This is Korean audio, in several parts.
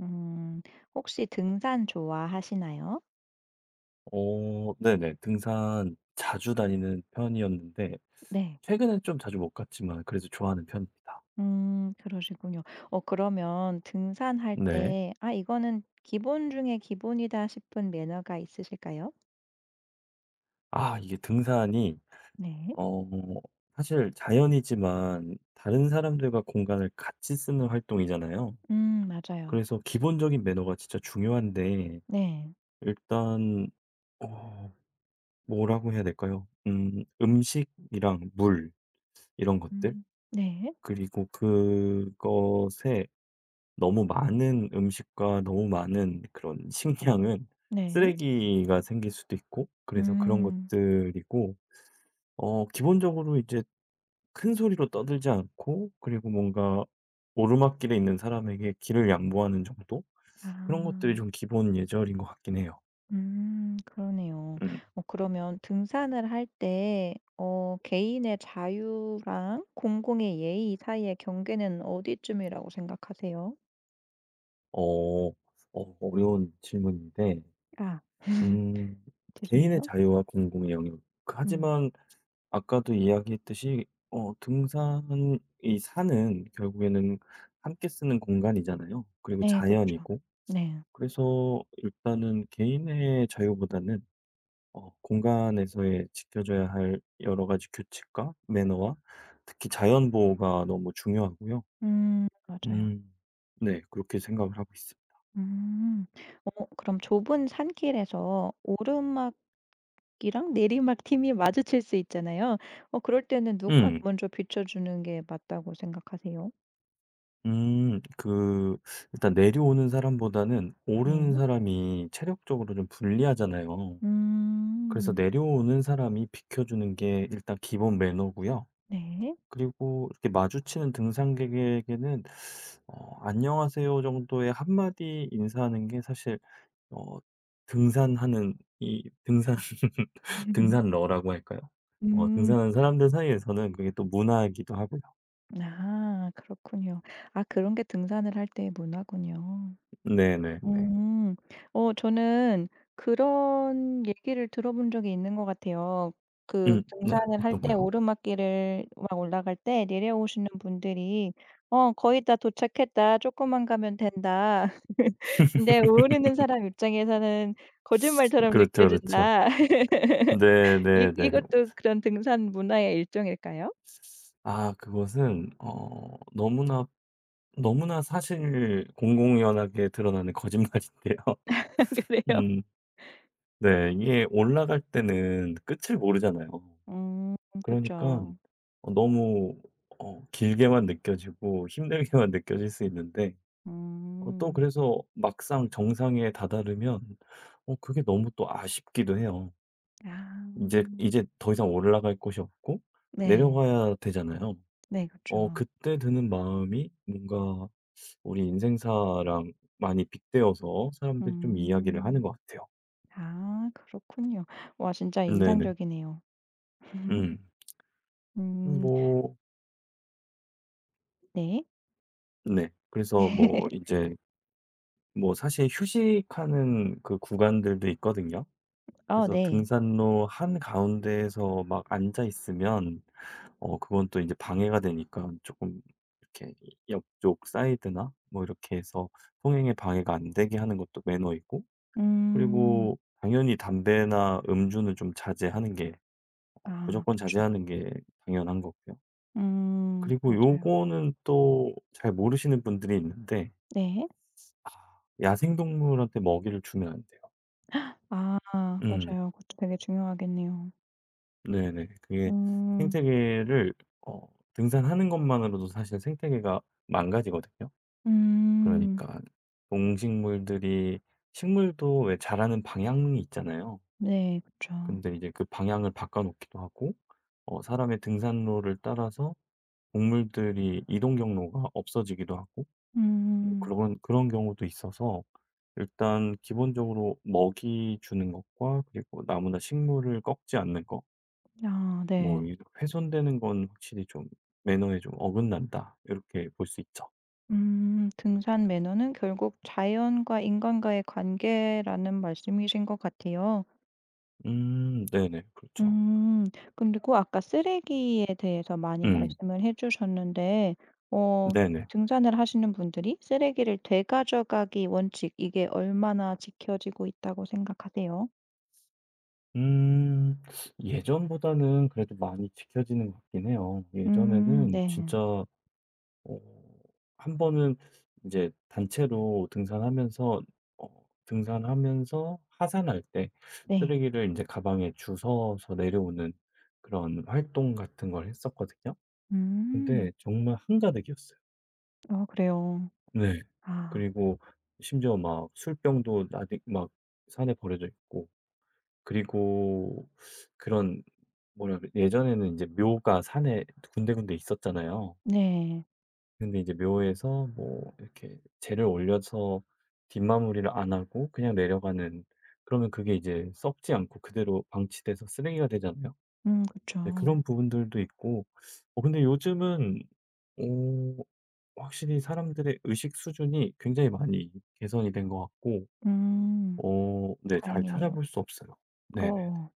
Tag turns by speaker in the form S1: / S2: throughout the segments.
S1: 음. 혹시 등산 좋아하시나요?
S2: 네네. 등산 자주 다니는 편이었는데
S1: 네.
S2: 최근엔 좀 자주 못 갔지만 그래도 좋아하는 편입니다.
S1: 그러시군요. 어 그러면 등산할
S2: 네.
S1: 때 '아 이거는 기본 중에 기본이다.' 싶은 매너가 있으실까요?
S2: 아 이게 등산이
S1: 네.
S2: 어 사실 자연이지만 다른 사람들과 공간을 같이 쓰는 활동이잖아요.
S1: 맞아요.
S2: 그래서 기본적인 매너가 진짜 중요한데
S1: 네.
S2: 일단 어 뭐라고 해야 될까요? 음식이랑 물 이런 것들.
S1: 음. 네.
S2: 그리고 그것에 너무 많은 음식과 너무 많은 그런 식량은
S1: 네.
S2: 쓰레기가 생길 수도 있고, 그래서 그런
S1: 음.
S2: 것들이고 기본적으로 이제 큰 소리로 떠들지 않고, 그리고 뭔가 오르막길에 있는 사람에게 길을 양보하는 정도? 그런 것들이
S1: 아.
S2: 좀 기본 예절인 것 같긴 해요.
S1: 그러네요.
S2: 음.
S1: 어 그러면 등산을 할 때 어 개인의 자유랑 공공의 예의 사이의 경계는 어디쯤이라고 생각하세요?
S2: 어려운 질문인데,
S1: 아.
S2: 음 개인의
S1: 죄송해요.
S2: 자유와 공공의 영역.
S1: 음.
S2: 하지만 아까도 이야기했듯이 등산 이 산은 결국에는 함께 쓰는 공간이잖아요. 그리고
S1: 네그죠
S2: 자연이고.
S1: 네.
S2: 그래서 일단은 개인의 자유보다는 공간에서의 지켜져야 할 여러 가지 규칙과 매너와 특히 자연 보호가 너무 중요하고요.
S1: 맞아요.
S2: 음. 네. 그렇게 생각을 하고 있습니다.
S1: 음. 어 그럼 좁은 산길에서 오르막이랑 내리막 팀이 마주칠 수 있잖아요. 어 그럴 때는 누가
S2: 음.
S1: 먼저 비춰 주는 게 맞다고 생각하세요?
S2: 음. 그 일단 내려오는 사람보다는
S1: 네.
S2: 오르는 사람이 체력적으로 좀 불리하잖아요. 그래서
S1: 음.
S2: 내려오는 사람이 비켜주는 게 일단 기본 매너고요.
S1: 네.
S2: 그리고 이렇게 마주치는 등산객에게는 "안녕하세요." 정도의 한마디 인사하는 게 사실 어 등산하는 이 등산 등산러라고 할까요?
S1: 음.
S2: 등산하는 사람들 사이에서는 그게 또 문화이기도 하고요.
S1: 아 그렇군요. 아 그런 게 등산을 할 때의 문화군요.
S2: 네네네.
S1: 음. 어 저는 그런 얘기를 들어본 적이 있는 것 같아요. 그
S2: 음. 네.
S1: 등산을 할
S2: 어떤
S1: 때
S2: 거요?
S1: 오르막길을 막 올라갈 때 내려오시는 분들이 "어 거의 다 도착했다. 조금만 가면 된다." 근데 오르는 사람 입장에서는 거짓말처럼
S2: 그렇죠, 그렇죠.
S1: 느껴진다. 이
S2: 네네네.
S1: 이것도 그런 등산 문화의 일종일까요?
S2: 아, 그것은 너무나 너무나 사실 공공연하게 드러나는 거짓말인데요.
S1: 그래요?
S2: 음 네. 이게 올라갈 때는 끝을 모르잖아요.
S1: 음그
S2: 그러니
S1: 죠
S2: 까 너무, 길게만 느껴지고 힘들게만 느껴질 수 있는데, 또
S1: 음.
S2: 그래서 막상 정상에 다다르면 그게 너무 또 아쉽기도 해요.
S1: 아.
S2: 이제 더 이상 올라갈 곳이 없고
S1: 네.
S2: 내려가야 되잖아요.
S1: 네그죠
S2: 그때 드는 마음이 뭔가 우리 인생사랑 많이 빗대어서 사람들이 좀 이야기를 하는
S1: 음.
S2: 것 같아요.
S1: 아 그렇군요. 와 진짜
S2: 네네.
S1: 인상적이네요.
S2: 음.
S1: 음
S2: 뭐.
S1: 네.
S2: 네. 그래서 뭐 이 제 뭐 사실 휴식하는 그 구간들도 있거든요.
S1: 어
S2: 그래서
S1: 네.
S2: 등산로 한가운데에서 막 앉아 있으면 그건 또 이제 방해가 되니까 조금 이렇게 옆쪽 사이드나 뭐 이렇게 해서 통행에 방해가 안 되게 하는 것도 매너이고,
S1: 음.
S2: 그리고 당연히 담배나 음주는 좀 자제하는 게
S1: 아
S2: 무조건
S1: 그쵸.
S2: 자제하는 게 당연한 거고요. 그리고
S1: 맞아요.
S2: 요거는 또 잘 모르시는 분들이 있는데,
S1: 네.
S2: 아 야생동물한테 먹이를 주면 안 돼요.
S1: 아
S2: 음.
S1: 맞아요. 그것도 되게 중요하겠네요.
S2: 네네. 그게
S1: 음.
S2: 생태계를 어 등산하는 것만으로도 사실 생태계가 망가지거든요.
S1: 음.
S2: 그러니까 동식물들이, 식물도 왜 자라는 방향이 있잖아요.
S1: 네 그쵸.
S2: 근데 이제 그 방향을 바꿔 놓기도 하고 사람의 등산로를 따라서 동물들이 이동 경로가 없어지기도 하고, 뭐
S1: 음.
S2: 그런 그런 경우도 있어서 일단 기본적으로 먹이 주는 것과 그리고 나무나 식물을 꺾지 않는 것,
S1: 아
S2: 뭐
S1: 네.
S2: 이 훼손되는 건 확실히 좀 매너에 좀 어긋난다. 이렇게 볼 수 있죠.
S1: 음. 등산 매너는 결국 자연과 인간과의 관계라는 말씀이신 것 같아요.
S2: 음. 네네. 그렇죠.
S1: 음. 그리고 아까 쓰레기에 대해서 많이
S2: 음.
S1: 말씀을 해 주셨는데 어
S2: 네네.
S1: 등산을 하시는 분들이 쓰레기를 되가져가기 원칙 이게 얼마나 지켜지고 있다고 생각하세요?
S2: 음. 예전보다는 그래도 많이 지켜지는 것 같긴 해요. 예전에는
S1: 네.
S2: 진짜 어 한 번은 이제 단체로 등산하면서 등산하면서 하산할 때
S1: 네.
S2: 쓰레기를 이제 가방에 주워서 내려오는 그런 활동 같은 걸 했었거든요.
S1: 음.
S2: 근데 정말 한가득이었어요.
S1: 어 그래요.
S2: 네.
S1: 아
S2: 그리고 심지어 막 술병도 나디 막 산에 버려져 있고, 그리고 그런, 뭐라 그래, 예전에는 이제 묘가 산에 군데군데 있었잖아요.
S1: 네.
S2: 근데 이제 묘에서 뭐 이렇게 재를 올려서 뒷마무리를 안 하고 그냥 내려가는, 그러면 그게 이제 썩지 않고 그대로 방치돼서 쓰레기가 되잖아요. 네,
S1: 그쵸.
S2: 그런 부분들도 있고 근데 요즘은 어 확실히 사람들의 의식 수준이 굉장히 많이 개선이 된 것 같고,
S1: 음.
S2: 네, 잘
S1: 다행이네요.
S2: 찾아볼 수 없어요. 네네네.
S1: 어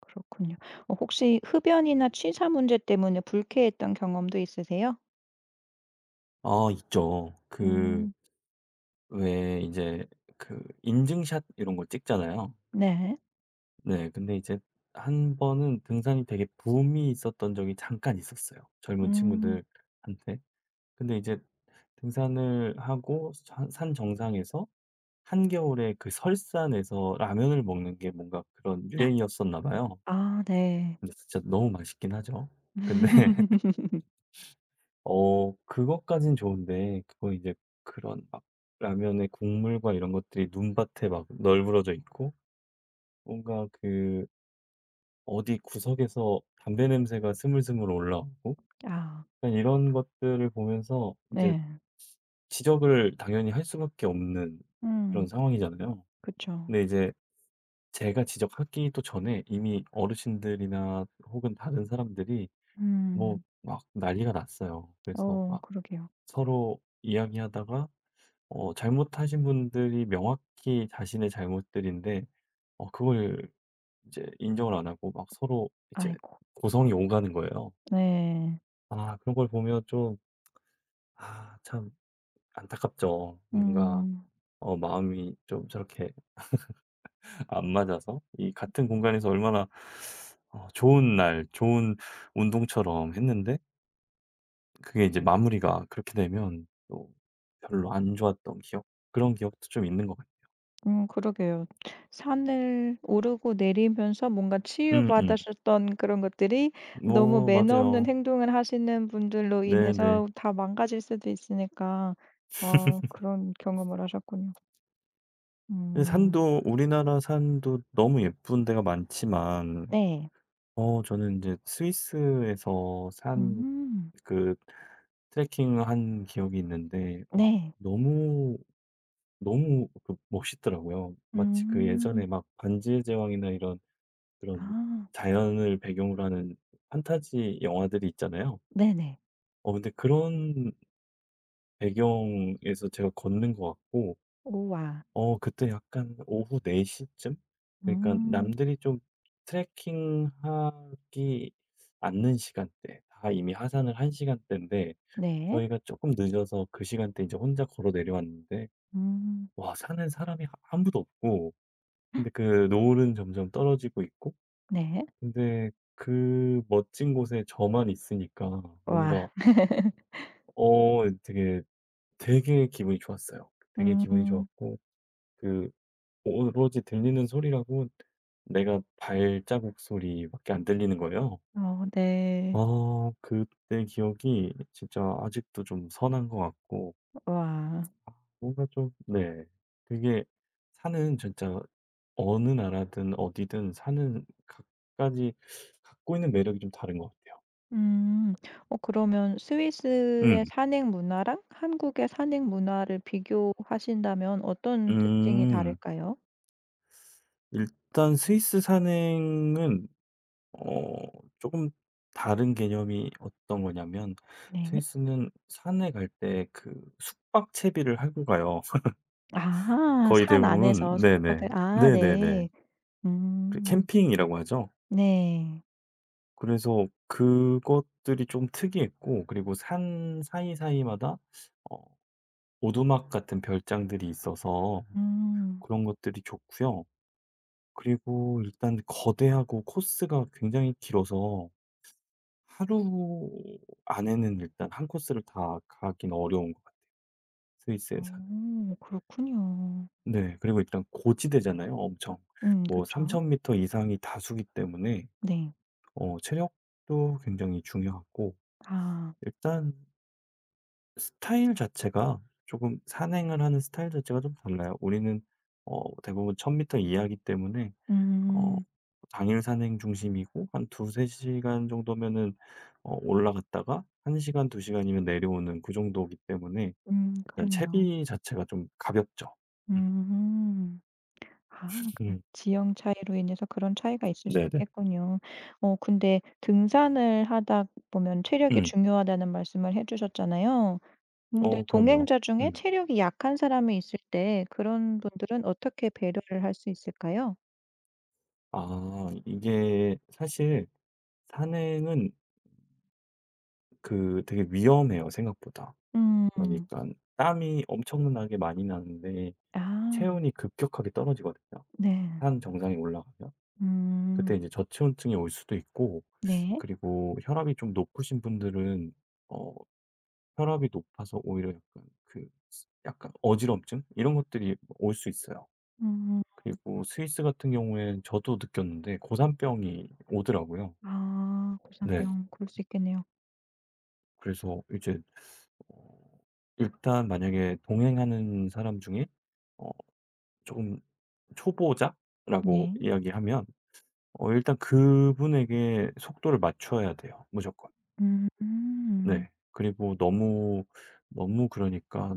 S1: 그렇군요. 어 혹시 흡연이나 취사 문제 때문에 불쾌했던 경험도 있으세요?
S2: 아, 있죠. 그
S1: 음
S2: 왜 이제 그 인증샷 이런 거 찍잖아요.
S1: 네.
S2: 네. 근데 이제 한 번은 등산이 되게 붐이 있었던 적이 잠깐 있었어요, 젊은
S1: 음.
S2: 친구들한테. 근데 이제 등산을 하고 산 정상에서 한겨울에 그 설산에서 라면을 먹는 게 뭔가 그런 유행이었었나 봐요.
S1: 아 네.
S2: 근데 진짜 너무 맛있긴 하죠. 근데 그것까진 좋은데, 그거 이제 그런 막 라면의 국물과 이런 것들이 눈밭에 막 널브러져 있고, 뭔가 그 어디 구석에서 담배 냄새가 스물스물 올라오고,
S1: 아
S2: 약간 이런 것들을 보면서 이제
S1: 네.
S2: 지적을 당연히 할 수밖에 없는 그런
S1: 음
S2: 상황이잖아요.
S1: 그쵸.
S2: 근데 이제 제가 지적하기도 전에 이미 어르신들이나 혹은 다른 사람들이 뭐
S1: 음.
S2: 막 난리가 났어요. 그래서
S1: 어
S2: 막
S1: 그러게요.
S2: 서로 이야기하다가 잘못하신 분들이 명확히 자신의 잘못들인데 그걸 이제 인정을 안 하고 막 서로 이제
S1: 아이고.
S2: 고성이 오가는 거예요.
S1: 네.
S2: 아, 그런 걸 보면 좀, 아 참 안타깝죠. 뭔가
S1: 음.
S2: 마음이 좀 저렇게 안 맞아서 이 같은 공간에서 얼마나 좋은 날 좋은 운동처럼 했는데, 그게 이제 마무리가 그렇게 되면 또 별로 안 좋았던 기억, 그런 기억도 좀 있는 것 같아요.
S1: 그러게요. 산을 오르고 내리면서 뭔가
S2: 음음.
S1: 치유받으셨던 그런 것들이 너무
S2: 뭐
S1: 매너 없는
S2: 맞아요.
S1: 행동을 하시는 분들로
S2: 네네.
S1: 인해서 다 망가질 수도 있으니까 어 그런 경험을 하셨군요.
S2: 근데
S1: 음.
S2: 산도 우리나라 산도 너무 예쁜 데가 많지만,
S1: 네.
S2: 저는 이제 스위스에서 산
S1: 음.
S2: 그 트레킹을 한 기억이 있는데, 와,
S1: 네.
S2: 너무, 너무 그 멋있더라고요. 마치 그
S1: 음.
S2: 예전에 막 반지의 제왕이나 이런 그런
S1: 아.
S2: 자연을 배경으로 하는 판타지 영화들이 있잖아요.
S1: 네네.
S2: 근데 그런 배경에서 제가 걷는 것 같고,
S1: 우와.
S2: 그때 약간 오후 4 시쯤? 그러니까
S1: 음.
S2: 남들이 좀 트레킹하기 않는 시간대, 다 이미 하산을 한 시간대인데
S1: 네.
S2: 저희가 조금 늦어서 그 시간대 이제 혼자 걸어 내려왔는데,
S1: 음.
S2: 와 사는 사람이 아무도 없고, 근데 그 노을은 점점 떨어지고 있고,
S1: 네.
S2: 근데 그 멋진 곳에 저만 있으니까
S1: 와.
S2: 뭔가 되게, 되게 기분이 좋았어요. 되게 기분이
S1: 음.
S2: 좋았고, 그 오로지 들리는 소리라고 내가 발자국 소리밖에 안 들리는 거예요.
S1: 어 네.
S2: 아, 그때 기억이 진짜 아직도 좀 선한 것 같고,
S1: 와.
S2: 뭔가 좀, 네. 그게 사는 진짜 어느 나라든 어디든 사는 각가지 갖고 있는 매력이 좀 다른 것 같아요.
S1: 음. 어 그러면 스위스의
S2: 음.
S1: 산행 문화랑 한국의 산행 문화를 비교하신다면 어떤 특징이
S2: 음.
S1: 다를까요?
S2: 일단 스위스 산행은 어 조금 다른 개념이 어떤 거냐면,
S1: 네.
S2: 스위스는 산에 갈 때 그 숙박 채비를 하고 가요.
S1: 아
S2: 거의
S1: 산
S2: 대부분
S1: 안에서
S2: 네네.
S1: 숙박을 아
S2: 네네네.
S1: 네.
S2: 그
S1: 음.
S2: 캠핑이라고 하죠.
S1: 네.
S2: 그래서 그것들이 좀 특이했고, 그리고 산 사이사이마다 어 오두막 같은 별장들이 있어서
S1: 음.
S2: 그런 것들이 좋고요. 그리고 일단 거대하고 코스가 굉장히 길어서 하루 안에는 일단 한 코스를 다 가긴 어려운 것 같아요, 스위스에서는.
S1: 어 그렇군요.
S2: 네. 그리고 일단 고지대잖아요, 엄청. 뭐
S1: 그쵸.
S2: 3000 미터 이상이 다수기 때문에
S1: 네.
S2: 체력도 굉장히 중요하고,
S1: 아.
S2: 일단 스타일 자체가 조금 산행을 하는 스타일 자체가 좀 달라요. 우리는 대부분 1000m 이하이기 때문에 어
S1: 음.
S2: 당일 산행 중심이고, 한 두세 시간 정도면은 올라갔다가 한 시간, 두 시간이면 내려오는 그 정도이기 때문에 일단
S1: 그러네요.
S2: 채비 자체가 좀 가볍죠. 음.
S1: 음. 아 그
S2: 음.
S1: 지형 차이로 인해서 그런 차이가 있을 수
S2: 네네.
S1: 있겠군요. 어 근데 등산을 하다 보면 체력이
S2: 음.
S1: 중요하다는 말씀을 해 주셨잖아요. 근데
S2: 그럼요.
S1: 동행자 중에
S2: 음.
S1: 체력이 약한 사람이 있을 때 그런 분들은 어떻게 배려를 할 수 있을까요?
S2: 아, 이게 사실 산행은 그 되게 위험해요, 생각보다.
S1: 음.
S2: 그러니까 땀이 엄청나게 많이 나는데
S1: 아
S2: 체온이 급격하게 떨어지거든요.
S1: 네.
S2: 산 정상에 올라가면. 그때
S1: 음
S2: 이제 저체온증이 올 수도 있고,
S1: 네.
S2: 그리고 혈압이 좀 높으신 분들은 어 혈압이 높아서 오히려 약간 그 약간 어지럼증 이런 것들이 올 수 있어요.
S1: 음.
S2: 그리고 스위스 같은 경우엔 저도 느꼈는데 고산병이 오더라고요.
S1: 아
S2: 네.
S1: 고산병 그럴 수 있겠네요.
S2: 그래서 이제 어 일단 만약에 동행하는 사람 중에 어 조금 초보자라고
S1: 네.
S2: 이야기하면 일단 그분에게 속도를 맞춰야 돼요, 무조건.
S1: 음.
S2: 네. 그리고 너무, 너무 그러니까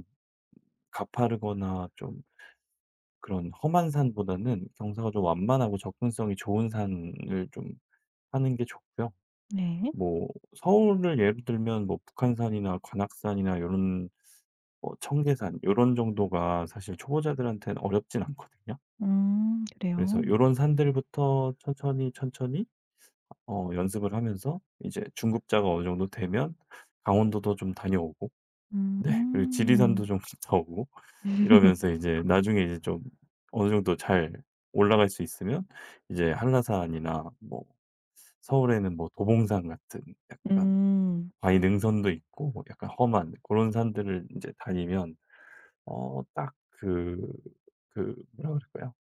S2: 가파르거나 좀 그런 험한 산보다는 경사가 좀 완만하고 접근성이 좋은 산을 좀 하는 게 좋고요.
S1: 네.
S2: 뭐 서울을 예로 들면 뭐 북한산이나 관악산이나 요런, 뭐 청계산 요런 정도가 사실 초보자들한테는 어렵진 않거든요. 그래서
S1: 그래요?
S2: 요런 산들부터 천천히, 천천히 연습을 하면서 이제 중급자가 어느 정도 되면 강원도도 좀 다녀오고, 네 그리고
S1: 음.
S2: 지리산도 좀 갔다 오고, 이러면서 이제 나중에 이제 좀 어느 정도 잘 올라갈 수 있으면 이제 한라산이나 뭐 서울에는 뭐 도봉산 같은 약간
S1: 음.
S2: 바위 능선도 있고, 뭐 약간 험한 그런 산들을 이제 다니면 딱 그 뭐라 그럴까요?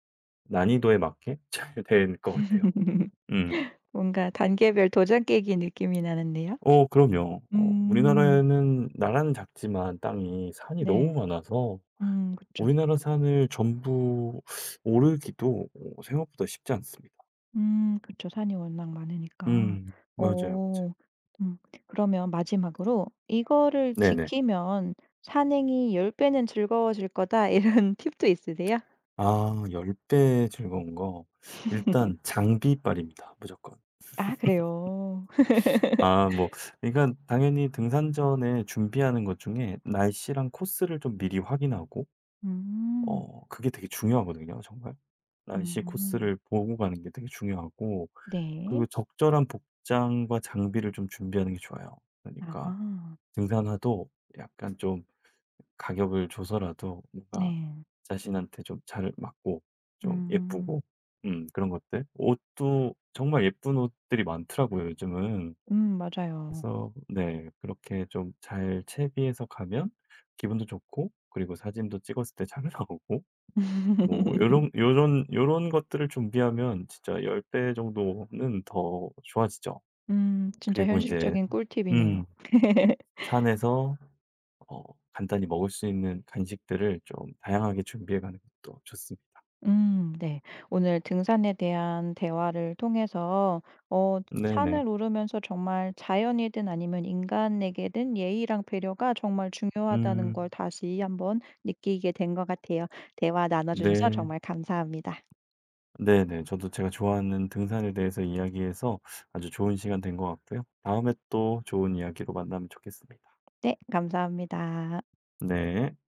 S2: 난이도에 맞게 잘 될 것 같아요. 음.
S1: 뭔가 단계별 도장 깨기 느낌이 나는데요.
S2: 그럼요.
S1: 음.
S2: 우리나라에는 나라는 작지만 땅이 산이 너무
S1: 네.
S2: 많아서
S1: 그쵸.
S2: 우리나라 산을 전부 오르기도 생각보다 쉽지 않습니다.
S1: 그쵸. 산이 워낙 많으니까.
S2: 맞아요, 맞아요.
S1: 오. 음 그러면 마지막으로 '이거를
S2: 네네.
S1: 지키면 산행이 10 배는 즐거워질 거다.' 이런 팁도 있으세요?
S2: 아, 10배 즐거운 거, 일단 장비빨입니다, 무조건.
S1: 아 그래요.
S2: 아 뭐 그러니까 당연히 등산 전에 준비하는 것 중에 날씨랑 코스를 좀 미리 확인하고
S1: 음.
S2: 그게 되게 중요하거든요, 정말. 날씨
S1: 음.
S2: 코스를 보고 가는 게 되게 중요하고,
S1: 네.
S2: 그 적절한 복장과 장비를 좀 준비하는 게 좋아요. 그러니까
S1: 아.
S2: 등산화도 약간 좀 가격을 줘서라도 뭔가
S1: 네.
S2: 자신한테 좀 잘 맞고, 좀
S1: 음.
S2: 예쁘고, 그런 것들. 옷도 정말 예쁜 옷들이 많더라고요, 요즘은.
S1: 맞아요.
S2: 그래서 네, 그렇게 좀 잘 채비해서 가면 기분도 좋고, 그리고 사진도 찍었을 때 잘 나오고, 뭐 요런 것들을 준비하면 진짜 10배 정도는 더 좋아지죠.
S1: 진짜
S2: 그리고 이제
S1: 현실적인 꿀팁이네요.
S2: 음 산에서 어 간단히 먹을 수 있는 간식들을 좀 다양하게 준비해 가는 것도 좋습니다.
S1: 네. 오늘 등산에 대한 대화를 통해서 어
S2: 네네.
S1: 산을 오르면서 정말 자연이든 아니면 인간에게든 예의랑 배려가 정말 중요하다는 걸
S2: 음
S1: 다시 한번 느끼게 된 것 같아요. 대화 나눠 주셔서
S2: 네.
S1: 정말 감사합니다.
S2: 네네. 저도 제가 좋아하는 등산에 대해서 이야기해서 아주 좋은 시간 된 것 같고요. 다음에 또 좋은 이야기로 만나면 좋겠습니다.
S1: 네 감사합니다.
S2: 네.